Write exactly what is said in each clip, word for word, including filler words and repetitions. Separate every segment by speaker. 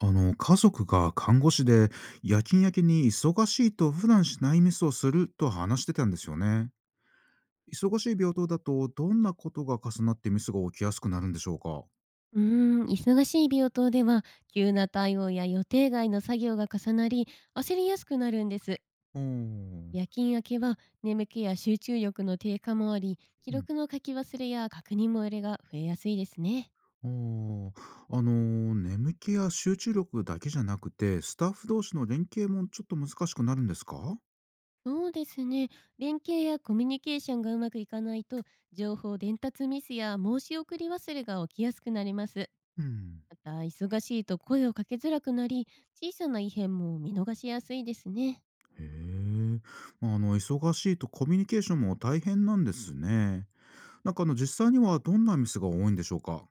Speaker 1: あの家族が看護師で夜勤明けに忙しいと普段しないミスをすると話してたんですよね。忙しい病棟だとどんなことが重なってミスが起きやすくなるんでしょうか？
Speaker 2: うーん、忙しい病棟では、急な対応や予定外の作業が重なり、焦りやすくなるんです。
Speaker 1: うん。
Speaker 2: 夜勤明けは、眠気や集中力の低下もあり、記録の書き忘れや確認漏れが増えやすいですね。
Speaker 1: おーうん、あーあのー眠気や集中力だけじゃなくてスタッフ同士の連携もちょっと難しくなるんですか？
Speaker 2: そうですね。連携やコミュニケーションがうまくいかないと、情報伝達ミスや申し送り忘れが起きやすくなります。
Speaker 1: うん。
Speaker 2: また、忙しいと声をかけづらくなり、小さな異変も見逃しやすいですね。
Speaker 1: へえ。まああの忙しいとコミュニケーションも大変なんですね。なんかあの実際にはどんなミスが多いんでしょうか？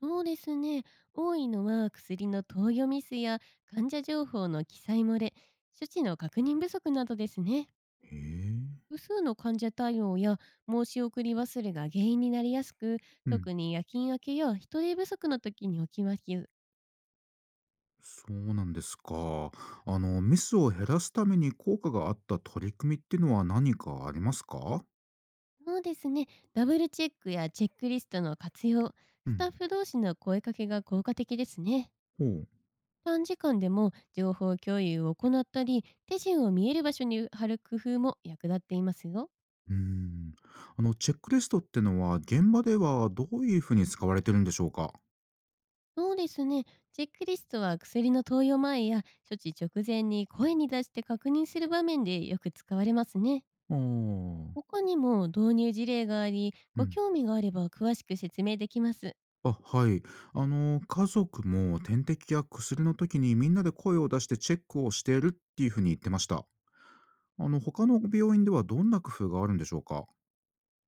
Speaker 2: そうですね。多いのは、薬の投与ミスや患者情報の記載漏れ、処置の確認不足などですね。
Speaker 1: へえ。
Speaker 2: 複数の患者対応や申し送り忘れが原因になりやすく、
Speaker 1: うん。
Speaker 2: 特に夜勤明けや人手不足の時に起きます。
Speaker 1: そうなんですか。あの、ミスを減らすために効果があった取り組みっていうのは何かありますか？
Speaker 2: そうですね。ダブルチェックやチェックリストの活用、
Speaker 1: う
Speaker 2: スタ
Speaker 1: ん。
Speaker 2: ッフ同士の声かけが効果的ですね。
Speaker 1: ほう。
Speaker 2: 短時間でも情報共有を行ったり、手順を見える場所に貼る工夫も役立っていますよ。
Speaker 1: うーん。あの、チェックリストってのは、現場ではどういうふうに使われてるんでしょうか？
Speaker 2: そうですね。チェックリストは、薬の投与前や処置直前に声に出して確認する場面でよく使われますね。
Speaker 1: ああ。
Speaker 2: 他にも導入事例があり、
Speaker 1: う
Speaker 2: ご
Speaker 1: ん。
Speaker 2: 興味があれば詳しく説明できます。
Speaker 1: あ、はい。あの、家族も点滴や薬の時にみんなで声を出してチェックをしているっていうふうに言ってました。あの、他の病院ではどんな工夫があるんでしょうか？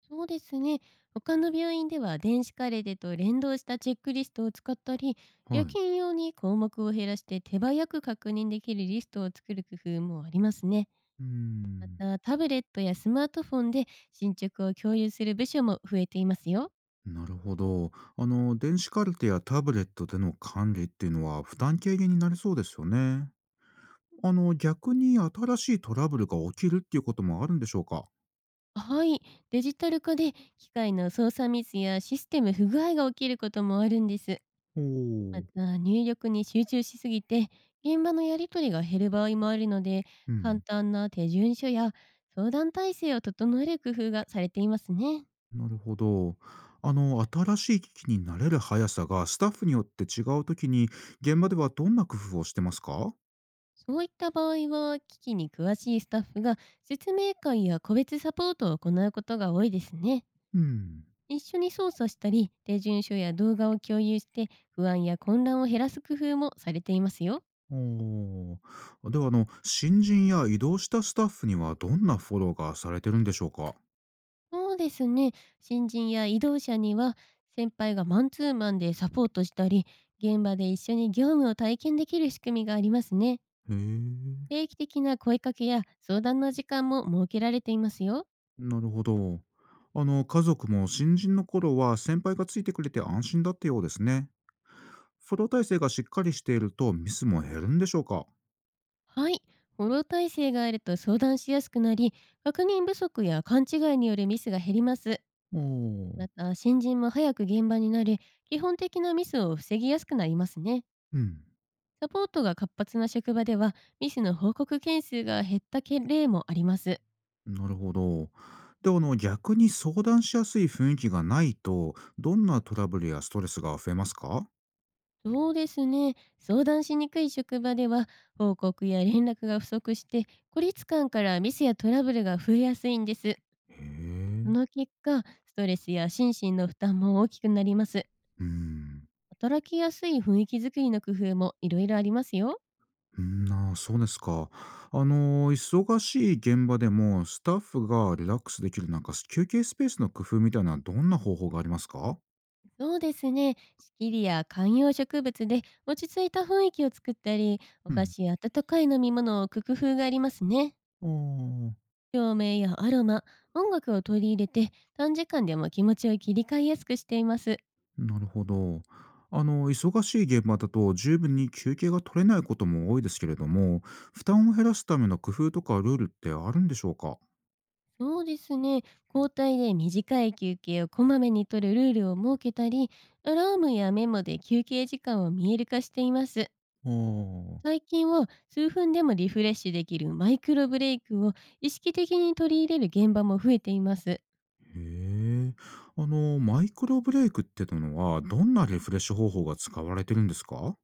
Speaker 2: そうですね。他の病院では、電子カレデと連動したチェックリストを使ったり、
Speaker 1: は
Speaker 2: 夜
Speaker 1: い。
Speaker 2: 勤用に項目を減らして手早く確認できるリストを作る工夫もありますね。
Speaker 1: うー
Speaker 2: ま
Speaker 1: ん。
Speaker 2: た、タブレットやスマートフォンで進捗を共有する部署も増えていますよ。
Speaker 1: なるほど。あの、電子カルテやタブレットでの管理っていうのは負担軽減になりそうですよね。あの、逆に新しいトラブルが起きるっていうこともあるんでしょうか？
Speaker 2: はい、デジタル化で機械の操作ミスやシステム不具合が起きることもあるんです。
Speaker 1: お
Speaker 2: ま
Speaker 1: お。
Speaker 2: た、入力に集中しすぎて現場のやり取りが減る場合もあるので、
Speaker 1: う
Speaker 2: 簡
Speaker 1: ん。
Speaker 2: 単な手順書や相談体制を整える工夫がされていますね。
Speaker 1: なるほど。あの、新しい機器に慣れる速さがスタッフによって違うときに、現場ではどんな工夫をしてますか？
Speaker 2: そういった場合は、機器に詳しいスタッフが説明会や個別サポートを行うことが多いですね。
Speaker 1: うん。
Speaker 2: 一緒に操作したり、手順書や動画を共有して不安や混乱を減らす工夫もされていますよ。
Speaker 1: おお。では、あの、新人や移動したスタッフにはどんなフォローがされてるんでしょうか？
Speaker 2: そうですね。新人や移動者には、先輩がマンツーマンでサポートしたり、現場で一緒に業務を体験できる仕組みがありますね。
Speaker 1: へえ。
Speaker 2: 定期的な声かけや相談の時間も設けられていますよ。
Speaker 1: なるほど。あの、家族も新人の頃は先輩がついてくれて安心だったようですね。フォロー体制がしっかりしているとミスも減るんでしょうか？
Speaker 2: はい。フォロー体制があると相談しやすくなり、確認不足や勘違いによるミスが減ります。
Speaker 1: おお
Speaker 2: ま
Speaker 1: ー。
Speaker 2: た、新人も早く現場になれ、基本的なミスを防ぎやすくなりますね。
Speaker 1: うん。
Speaker 2: サポートが活発な職場では、ミスの報告件数が減ったけ例もあります。
Speaker 1: なるほど。で、あの、逆に相談しやすい雰囲気がないと、どんなトラブルやストレスが増えますか？
Speaker 2: そうですね。相談しにくい職場では、報告や連絡が不足して、孤立感からミスやトラブルが増えやすいんです。
Speaker 1: へ
Speaker 2: そ
Speaker 1: え。
Speaker 2: の結果、ストレスや心身の負担も大きくなります。
Speaker 1: うん。
Speaker 2: 働きやすい雰囲気づくりの工夫もいろいろありますよ。
Speaker 1: うんなあ、そうですか。あの、忙しい現場でもスタッフがリラックスできるなんか休憩スペースの工夫みたいなどんな方法がありますか？
Speaker 2: そうですね。仕切りや観葉植物で落ち着いた雰囲気を作ったり、お
Speaker 1: う
Speaker 2: 菓
Speaker 1: ん。
Speaker 2: 子や温かい飲み物を置く工夫がありますね。
Speaker 1: ああ。
Speaker 2: 照明やアロマ、音楽を取り入れて、短時間でも気持ちを切り替えやすくしています。
Speaker 1: なるほど。あの、忙しい現場だと十分に休憩が取れないことも多いですけれども、負担を減らすための工夫とかルールってあるんでしょうか？
Speaker 2: そうですね。交代で短い休憩をこまめに取るルールを設けたり、アラームやメモで休憩時間を見える化しています。
Speaker 1: ああ。
Speaker 2: 最近は、数分でもリフレッシュできるマイクロブレイクを意識的に取り入れる現場も増えています。
Speaker 1: へえ。あの、マイクロブレイクってのは、どんなリフレッシュ方法が使われてるんですか？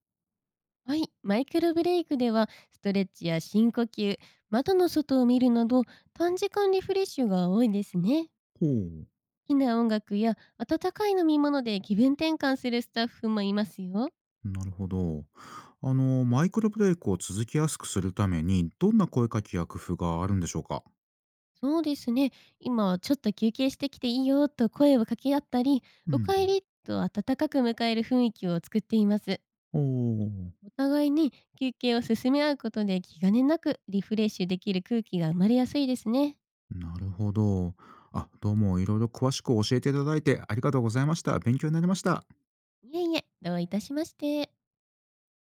Speaker 2: はい、マイクロブレイクでは、ストレッチや深呼吸、窓の外を見るなど短時間リフレッシュが多いですね。
Speaker 1: ほう。
Speaker 2: 好きな音楽や温かい飲み物で気分転換するスタッフもいますよ。
Speaker 1: なるほど。あの、マイクロブレイクを続きやすくするために、どんな声かけや工夫があるんでしょうか？
Speaker 2: そうですね。今ちょっと休憩してきていいよと声を掛け合ったり、
Speaker 1: う
Speaker 2: お
Speaker 1: ん。
Speaker 2: かえりと温かく迎える雰囲気を作っています。
Speaker 1: おお。
Speaker 2: お互いに休憩を進め合うことで、気兼ねなくリフレッシュできる空気が生まれやすいですね。
Speaker 1: なるほど。あ、どうもいろいろ詳しく教えていただいてありがとうございました。勉強になりました。
Speaker 2: いえいえ、どういたしまして。